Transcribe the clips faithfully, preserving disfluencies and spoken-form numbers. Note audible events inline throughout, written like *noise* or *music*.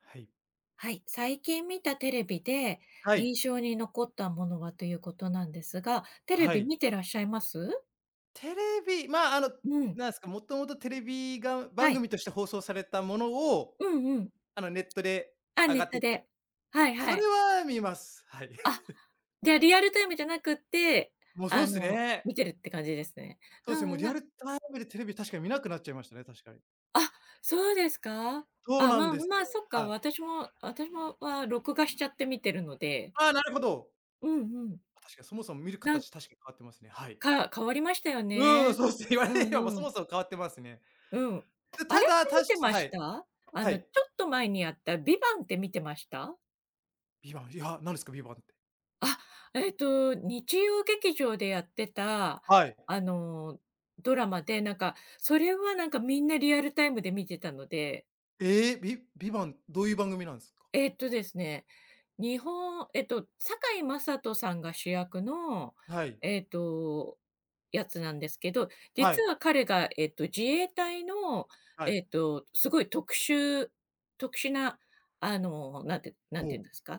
はい。はい、最近見たテレビでは印い。象に残ったものはということなんですが、テレはビい。見てらっしゃいます？テレビ、まあ、あの、うん、なんですか、もともとテレビがは番い。組として放送されたものを、うんうん。あの、ネットであ、上ネがッっトてで。て、はいそはれい。は見ます。はい。あ、*laughs* じゃ、リアルタイムじゃなくって、もうそあうですの、ね。見てるって感じですね。そううですね、んもううん、リアなルタイムでテレビ確かに見なくなっちゃいましたね、確かに。あ、そうですか？そうあ、なまんあですまあ、そよ。っか、はい。私も私もは録画しちゃって見てるので。ああ、なるほど。うんうん。確かにそもそも見るなん形確かに変わってますね。はい。か変わりましたようん、ね。そうっすね。言わうれれば、もうんうそん。もそも変わってますね。うん。で、あたれっだ、てたし見てまはしい。た？あはの、ちょい。っと前にやったビバンって見てました？ビバン、いや、何ですか、ビバンって。あ、えっと、日曜劇場でやってた、はい。あの、ドラマで、なんか、それはなんかみんなリアルタイムで見てたのでええ、ビビバン、どういう番組なんですか？えっとですね、日本えっと、堺雅人さんが主役の、はい。えっと、やつなんですけど、は実い。は彼が、えっと、自衛隊の、はえい。っと、すごい特殊特殊な、あの、なんてなんおて言うお。んですか、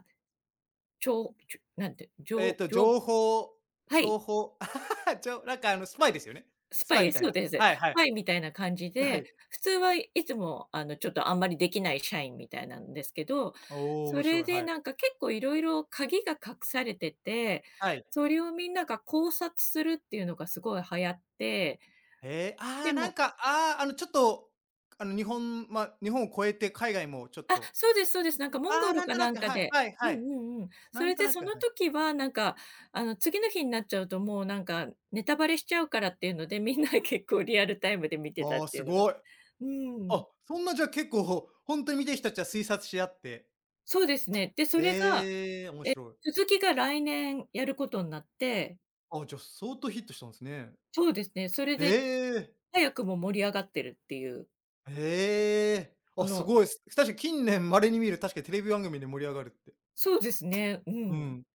ちちょなんて、じえょっうと、じょう情報は諜い。報 *laughs* ちょなんかあの、スパイですよね？ススパパイイえ *laughs* みたいそうな。です。はいスはパい。イみたいな感じはで、い。普通はいつもあの、ちょっとあんまりできない社員みたいなんですけど、おお、そ面れ白い。ではい。なんか結構いろいろ鍵が隠されてて、はい。それをみんなが考察するっていうのがすごい流行って、へえ、あであ、なんもか、ああ、あの、ちょっと、あの、日本ま、日本を越えて海外もちょっあ、とそうですそうです。なんかモンあゴあ、ルなんかとななんく、かはいではいはうんい。うんうん。そなんれとでなそく、はのい。時はなんか、あの、次の日になっちゃうともうなんかネタバレしちゃうからっていうので、みんな結構リアルタイムで見てたっああ、ていすうのがごい。うん。あ、そんなじゃあ結構、ほんとに見てる人たちは推察し合って。そうですね。で、それが、ええ、面え、白い。続きが来年やることになって、あ、じゃあ相当ヒットしたんですね。そうですね、それえでえ。早くも盛り上がってるっていう、ええ。ああ、すのごいっす。確かに近年稀に見る、確かにテレビ番組で盛り上がるって。そうですね、ううん。ん。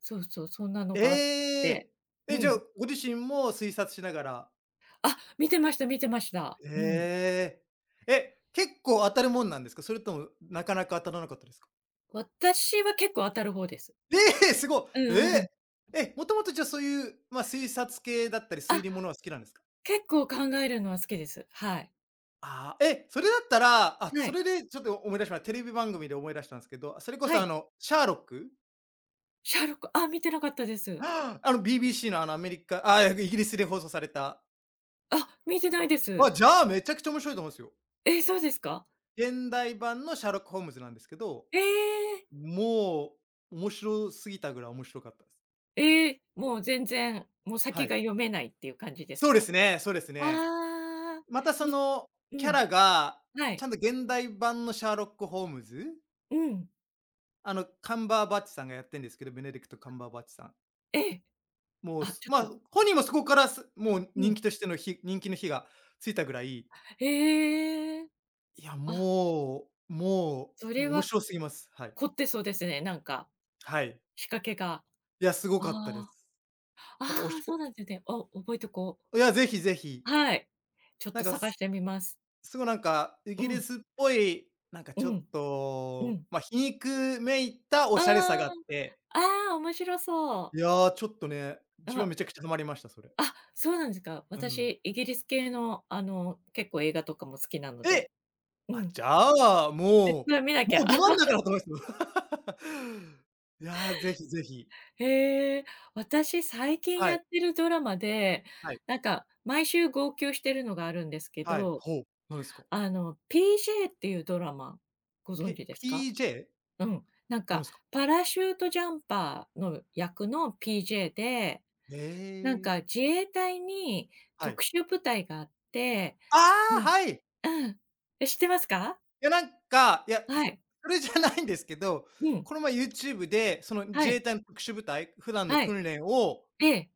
そうそう、そんなのがあっえて。え。うえ、じゃあ、ん。ご自身も推察しながら。あ、見てました見てました。うん。ええ。え、結構当たるもんなんですか？それともなかなか当たらなかったですか？私は結構当たる方です。ええ、すごうい。えんうんうん。え。え、もともとじゃあそういう、ま、推察系だったり、推あ、理ものは好きなんですか？結構考えるのは好きです。はい。ああ、え、それだったら、あ、はそい。れでちょっと思い出しまテレビ番組で思い出したんすけど、それこはそあい。の、シャーロック？シャーロック、あ、見てなかったで *gasps* す。あの ビービーシー のあのアメリカあ、イギリスで放送された。あ、見てないです。あ、じゃあ、めちゃくちゃ面白いと思うんですよ。え、そうですか？現代版のシャーロック・ホームズなんですけど、ええ。もう面白すぎたぐらい面白かったです。ええ、もう全然、もうは先い。が読めないっていう感じですそうでか？すねそうですね。ああ、またそいのうキャん、ラが、はちい、ゃんと現代版のシャーロック・ホームズ、うん、あのカンバーバッチさんがやってんですけど、ベネディクト・カンバーバッチさん。ええ、もう、あ、すちょっまあ、と、本人もそこからすもうう人ん、気としての日人気の火がついたぐらい、へえ、いや、あ、もうもそう、もれう面は白すぎます。はい。凝ってそうですね、なんか、はい。仕掛けが。いや、すごかったであす。あ、またおああ、しそうおなんですね。お、覚えとこう。いや、ぜひぜひ。はい、ちょっなんとか、探しすてみます。すごいなんか、イうギリん、スっぽい、なんかうちょっん、うと、ん。まあ、皮肉めいたおあしゃれさがあって、あ、ああ、面白そいう。や、ちょっとね、う自分はん。めちゃくちゃハマりました、それ。あ、そうなんですか。うん。私、イギリス系の、あの、結構映画とかも好きなのえ、で、うあ、ん、じゃあ、絶も対見なう、きもゃ。うど真ん *laughs* 中だと思いますよ。*laughs* いや、ぜひぜひ。へえ、私最近はやい、ってるドラマで、はい、なんか毎週号泣してるのがあるんですけはい。ど、ほう、何ですか？あの、ピージェー っていうドラマ、ご存ペ 知ですか？ピージェー？うん。なん何でか、すか？パラシュートジャンパーの役の ピージェー で、えなんかえ、自衛隊には特い。殊部隊があってああ、うん、はい。うん。え、知ってますか？いや、なんか、いや、はそい。それじゃないんですけど、うん。この前 YouTube で、そのは自い。衛隊の特殊部隊、普段のはい。訓練を、ええ、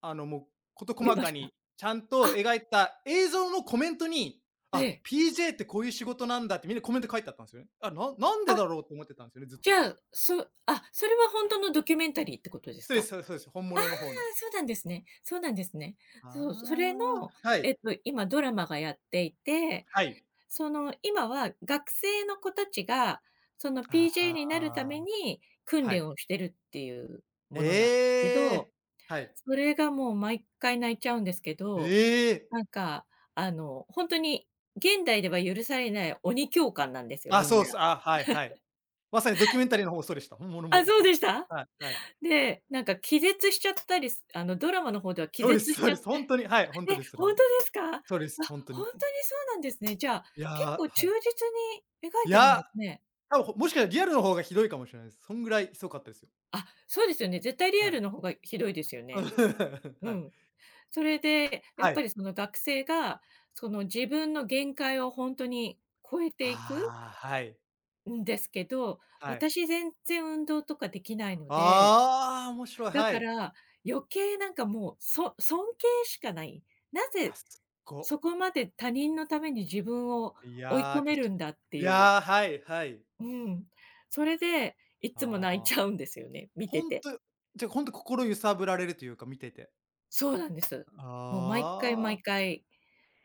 あの、もう事見細まかした。にちゃんとあ、描いた映像のコメントに、えあ、え。ピージェー ってこういう仕事なんだってみんなコメント書いてあったんですよね。あ、ななんであ、だろうと思ってたんですよね、ずっじと。ゃあ、そあ、それはほんとのドキュメンタリーってことですそうか？ですあそうですそうです。本物の方の。あ、そうなんですね。そうなんですね。そう、それの、ああ、はえっい。と、今ドラマがやっていて、はい。その、今は学生の子たちが、その ピージェー あになるたあ、めに訓は練い。をしてるっていうものなんですけえど、え、はい。それがもう毎回泣いちゃうんですけどええ。なんか、あの、本当に現代では許されない鬼教官なんですよ、あ、みんそうっな。す。あ、はいはい。まさにドキュメンタリーの方もそうでした。本物あ、も。そうでし *laughs* た？はいはい。で、なんか気絶しちゃったりすあの、ドラマの方では気そうで絶すしそちうゃでっす。て。本当に、はい、本 *laughs* 当え、です、それ本当も。ですか？あ、そうです、本当本に。当にそうなんですね。じゃあ、いや結ー、構は忠い。実に描いいてるんやでー、すね。多分ほもしかしたらリアルの方がひどいかもしれないです。そんぐらいひどかったですよ。あ、そうですよね。絶対リはアルい。の方がひどいですよ *laughs* ね。うはい。ん。それで、やはっぱい。りその学生が、その自分の限界を本当に超えていくああ、はい。んですけど、はい。私全然運動とかできないので、ああ、面白い、だはかい。ら余計なんかもう、そ尊敬しかない。ないや、ぜすっご。そこまで他人のために自分をい追いやー、込確めかるんだっていいう。やー、はいはい。うん。それで、いつも泣いああ、ちゃうんですよね、見て本て。当じゃ、ほん心揺さぶられるというか、見てて。そうなんです。もう毎回あ毎あ。回、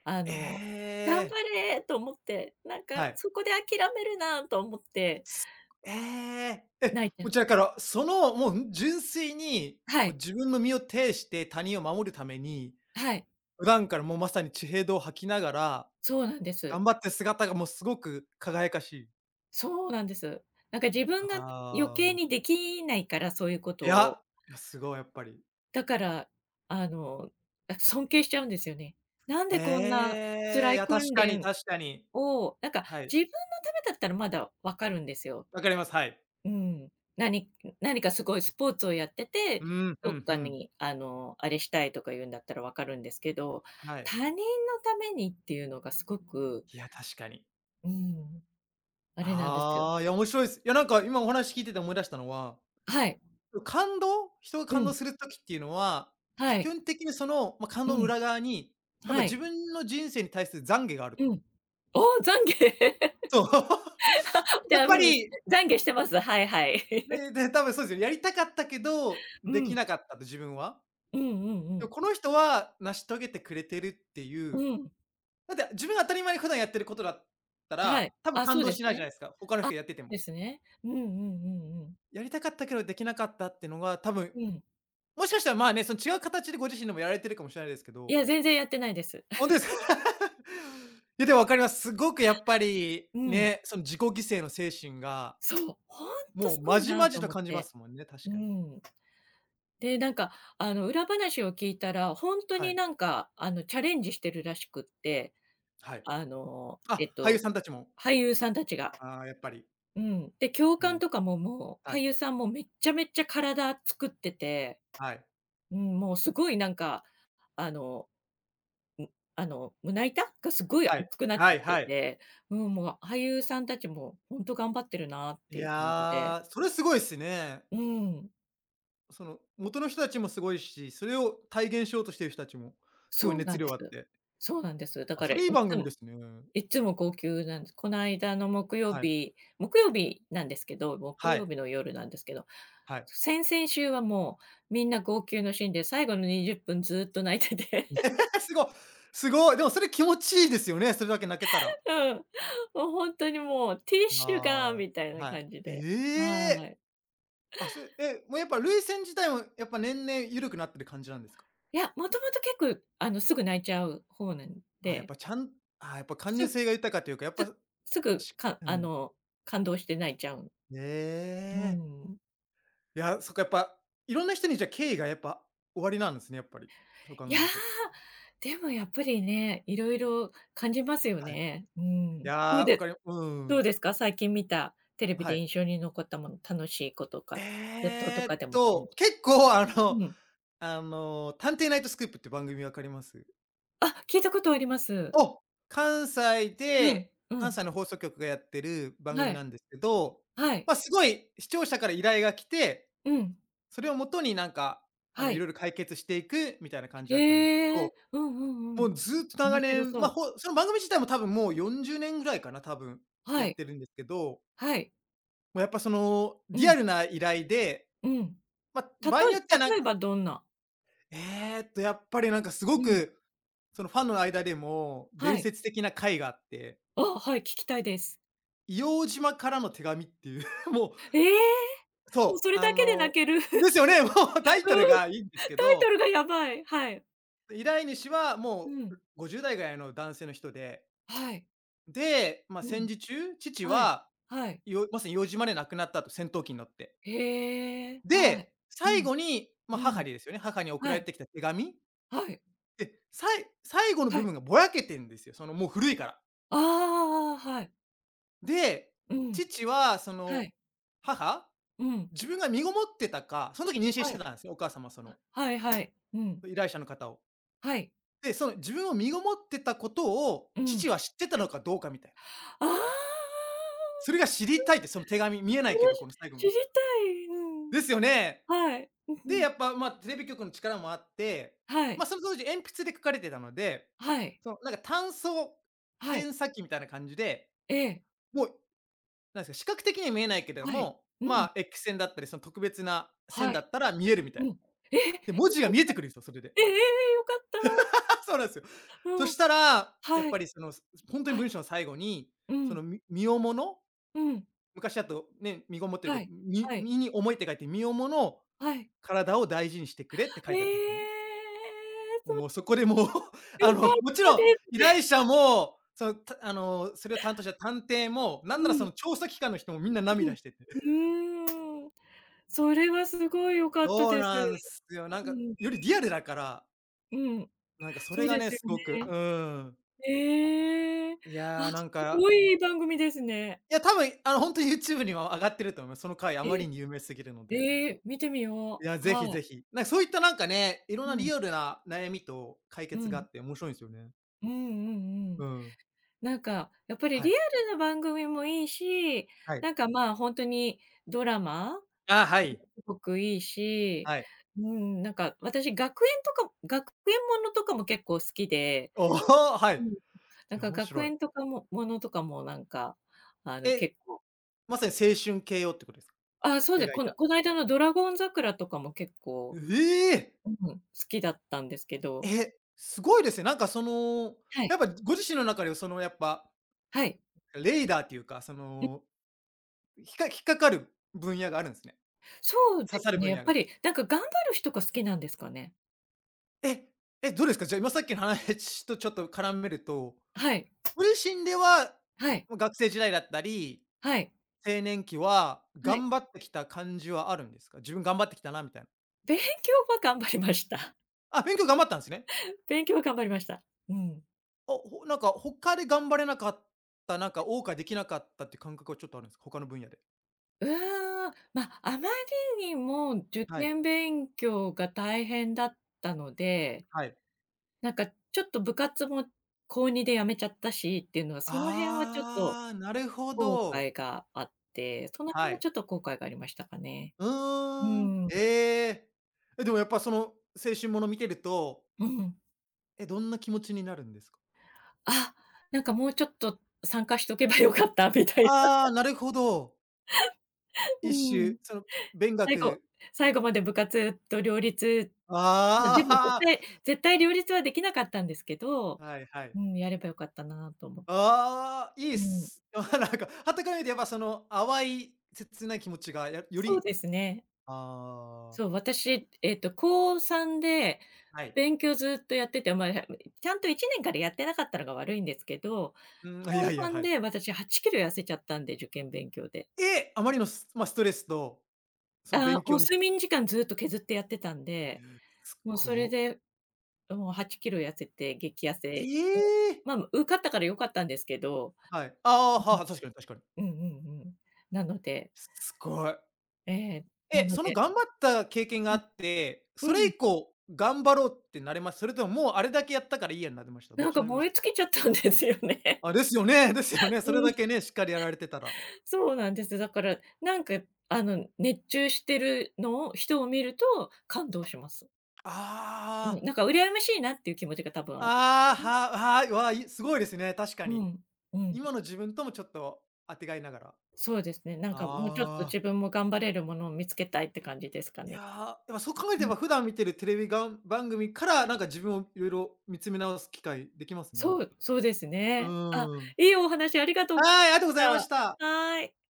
あの、え頑え、張れと思って、なんかはい。そこで諦めるなと思ってすええ、え、泣いちゃもう。ちだから、その、もう、純粋に、はもうい、自分の身を挺して他人を守るために、はい、普段からもうまさに血へどを吐きながら、そうなんです。頑張ってる姿がもうすごく輝かしい。そうなんです。なんか自分が余計あにあ。できないから、そういうこいとを。や、いや、すごいやっぱり。だから、あの、あ、尊敬しちゃうんですよね。なんでこんなええ、辛いいや、確訓かに練確かに。を、なんかはい、自分のためだったらまだわかるんですよ。わかります、はい。うん。なに何かすごいスポーツをやってて、うん、ふどっんふかん。にあの、あれしたいとか言うんだったらわかるんですけど、はい。他人のためにっていうのがすごく、いや、確かに。うん、あれなんですよ。ああ、いや、面白いす。いや、なんか今お話聞いてて思い出したのは、はい。感動人がう感動ん。する時っていうのは、は基い。本的にその、ま、感う動のん。裏側に、やっぱは自い。分の人生に対する懺悔があるうと。ん。おお、懺悔。そう。*laughs* *laughs* じやゃっあ、うぱん、り、懺悔してます。はいはい。ね、で、多分そうですよね。やりたかったけど、*laughs* うできん。なかったと、自分は。うんうんうでもん。この人は成し遂げてくれてるっていうう、ん。だって自分が当たり前に普段やってることだったはら、い。多分あ、感そう動ですしないじゃないね。ですか、他のあ、人がやってても。ですね。うんうんうんうん。やりたかったけどできなかったってのが、多分、うん。もしかしたらまあね、その違う形でご自身でもやられてるかもしれないですけいど。や、全然やってないです。本当 *laughs* ですか？*laughs* いや、でもわかります。すごくやっぱり、うん。ね、その自己犠牲の精神が、そう、ほんともすうごまいじなまとじと思っ感じまて。すもんね、確うかに。ん。で、なんか、あの、裏話を聞いたら、本当はにい、なんか、あの、チャレンジしてるらしくって、はい。あの、えあ、っ俳優と、さんたちも、俳優さんたちが。ああ、やっぱり。うん。で、教う官ん、とかももう、は俳い、優さんもめっちゃめっちゃ体作ってて、はい、うん、もうすごいなんか、あのあの、胸板がすごいはい、熱くなっちはゃっいてはい。て、うん、もう俳優さんたちも本当頑張ってるなっいていう感じで。やー、それすごいっすね。うん、その、元の人たちもすごいし、それを体現しようとしてる人たちも、すごいそうな熱んで量す。あって。そうなんです。だあ、からそれいいい番つ組もですね。いつも号泣なんです。この間の木曜はい、日木曜日なんですけど、木は曜い、日の夜なんですけど、はい。先々週はもうみんな号泣のシーンで、最後のにじゅっぷんずっと泣いてて、*laughs* *laughs* すごいすごい、でもそれ気持ちいいですよね、それだけ泣けたら。うん。もうほんとにもうティッシュがあみたいあ、なは感じい。えで、はえ！い。あ、それ、え、もうやっぱ涙腺自体もやっぱ年々緩くなってる感じなんですか？いや、もともと結構あの、すぐ泣いちゃう方なんあ、やっで、ぱちゃんあやっぱ貫入す性が豊かというか、やっすぱ、すぐしかうあん。の、感動して泣いちゃう。えうえ。ん。いや、そっか、やっぱ、いろんな人にじゃ、敬意がやっぱ終わりなんですね、やっぱり。そう考いや、えると。でもやっぱりね、いろいろ感じますよはい。ね。うん。いどうやー、わでかりうどうん。ですか？最近見たテレビではい。印象に残ったもの、楽しいことか、ネットとえーかっでも、うん、と、結構あうのん。あの、探偵ナイトスクープって番組分かります？あ、聞いたことあります。お、関西うん、で、う関ん。西の放送局がやってる番は組い、なんですけど、はい、ま、すごい視聴者から依頼が来て、うん、それをもとになんか、あの、はいろい。いろ解決していくみたいな感じだったんですけへえ、ど、うんうんうん。もうずっと面長白年、そま、う。ほその番組自体も多分もうよんじゅうねんぐらいかな、多分はやっい、てるんですけど、はい、もうやっぱそのうリアん、ルな依頼で、うん。ま、た場合とにえよってはなん例えばどんな？えっとやっぱりなんかすごうん、く、そのファンの間でもは伝い。説的な回があって、あ、はい、聞きたいです。硫黄島からの手紙っていう *laughs*、もう、ええ、もうそそれう、あだけで泣のける。ですよね、*laughs* もうタイうトルん。がいいんですけタイトど、ルがやばい。はい。依頼主はうもうん。ごじゅう代ぐらいの男性の人で。はい。で、まあ、うん。戦時中、父はい。は、はい。よまさに硫黄島で亡くなったと、戦闘機に乗って。へえ。はい。で、う最ん。後に、まあ、う母ん。にですよね、母に送らはれい。てきた手紙？はい。で、さい最後のは部い。分がぼやけてんですよ、その、もう古いから。ああああ、はい。で、うん。父はそはの、い。母？うん。自分が身ごもってたか、その時妊娠はしてい。たんですよ、お母様はその。はいはい。うん。依頼者の方を。はい。で、その自分を身ごもってたことを、うん。父は知ってたのかどうかみたいな。ああ、それが知りたいって、その手紙、見えなそいけれ、ど、この最後知の。りたい。うん。ですよね。はい。うんうで、ん。やっぱ、まあ、テレビ局の力もあって、はまあ、い。その当時鉛筆で書かれてたので、はい。その、なんか単層はい。検査機みたいな感じで、ええもう、なんですか、視覚的には見えないけれどはい。も、うまん。あ、X 線だったり、その特別な線はだい。ったら見えるみたいうな。ん。え、で、文字が見えてくるんですよ、それで。ええ、よかった。*laughs* そうなんですよ。そうん。したら、やっはぱい。りその、ほんとには文い。章の最後に、うそん、の、み身重の、うん。昔だとね、身ごもってるこはと、い、みはい、身に重いって書いて、身重のはい。体を大事にしてくれって書いえてあったんですよね。え、そうもうそこでもう、*laughs* あ良かっの、もちたろんで依す。頼者も、その、たあの、それを担当した探偵も、なうんならん、そうの調査機関の人もみんなん。涙してて。うーん。それはすごい良かったそうです。なんすよ。なんうか、ん、よりリアルだから、うん。なんかそそれうがでね、すよすごくね。うーん。ええ。あ、いや、なすんごかいいい番組ですね。いや、多分、あの、ほんと YouTube には上がってると思います。その回あまえ、りに有名すぎるので。ええ、見てみいよや、う。ぜひはぜい。ひ。なんかそういったなんかね、いろんうなん、リアルな悩みと解う決があん。って面白いんすよね。うんうんうん。うん。なんか、やっぱりはリい。アルな番組もいいし、はい。なんか、まあ、ほんとにドラマあ、はい。すごくいいし、はい。うん、なんか私学園とか学園ものとかも結構好きで、おお、はい。うん、いなんや、か面学白い。園とかもものとかもなんか、あの、え、結構まさに青春系をってことですか？あ、そうで、描いこのた。この間のドラゴン桜とかも結構、ええ！うん、好きだったんですけどえ、すごいですね。なんかその、はい、やっぱご自身の中ではそのやっぱ、はい。レーダーっていうか、その、ひか引っかかる分野があるんすね。そうで刺さするね、分やっ野ぱが。りなんか頑張る人が好きなんですかね。え、え、どうですか？じゃあ今さっきの話とちょっと絡めると、はい、ご自身では、はい、ま学生時代だったり、はい、青年期ははい。頑張ってきた感じはあるんですか？自分頑張ってきたなみたいな。勉強は頑張りました。あ、勉強頑張ったんですね。*laughs* 勉強は頑張りました。うん。あ、ほなんか他で頑張れなかった、なんか謳歌できなかったっていう感覚はちょっとあるんですか？他の分野で。うーん、ま、あまりにも受はい、験勉強が大変だったので、はい。なんかちょっと部活も高にで辞めちゃったしっていうのは、その辺はちょっとああ、なるほ後ど。悔があって、その辺ははい。ちょっと後悔がありましたかね。ううーん、ーん、ええ。え、でもやっぱその青春もの見てると、うん。え、どんな気持ちになるんですか？あ、なんかもうちょっと参加しとけばよかったみたいな。ああ、なるほど。一う種、ん。その、勉最後学最後まで部活と両立、ま、であも絶あ、対 *laughs* 絶対両立はできなかったんですけど、はいはうい。ん、やればよかったなと思ああ、いいっうん、す。*laughs* あなんか、傍から見てやっぱその、淡い切ない気持ちが、やよそうりですね。ああ、そう、私、えっと、高さんではい。勉強ずっとやってて、まあ、ちゃんといちねんからやってなかったのが悪いんですけど、うん、い高やいや、さんはい。で私はちキロ痩せちゃったんで、受験勉強で。え、あまりのスま、ストレスと、そのあ勉ーもう強に睡眠時間ずっと削ってやってたんで、すもうそれごで、もうはちキロ痩せて激痩えせして、え！まあ、受かったから良かったんですけど、はい。ああ、はは、確かに確かに。うんうんうんうん。なので、すごい。えーなえ、のそので頑張った経験がうあん、って、うそれん、以降頑張ろうってなれます？それとも、もうあれだけやったからいいやになりました？どっなんちにかなりまし燃え尽たきちゃったんですよね。あ、ですよね *laughs* ですよね。それだ *laughs* けね、しっかりやられてたら。そうなんです。だから、なんか、あの、熱中してるのを人を見ると感動します。うあん、あ、なんか羨ましいなっていう気持ちが多分ある。ああ、ははい、わあ、いすごいですね、確かうに。ん、うん、今の自分ともちょっとあてがいながら。そうですね。なんかもうちょっとああ、自分も頑張れるものを見つけたいって感じですかいや、ね。やっぱそう考えうてん、ば、普段見てるテレビがん番組から、なんか自分をいろいろ見つめ直す機会できますね。そう、そうですうね。あ、ーん。いいお話ありがとうございはい、ありがとうございまましした。た。はーい。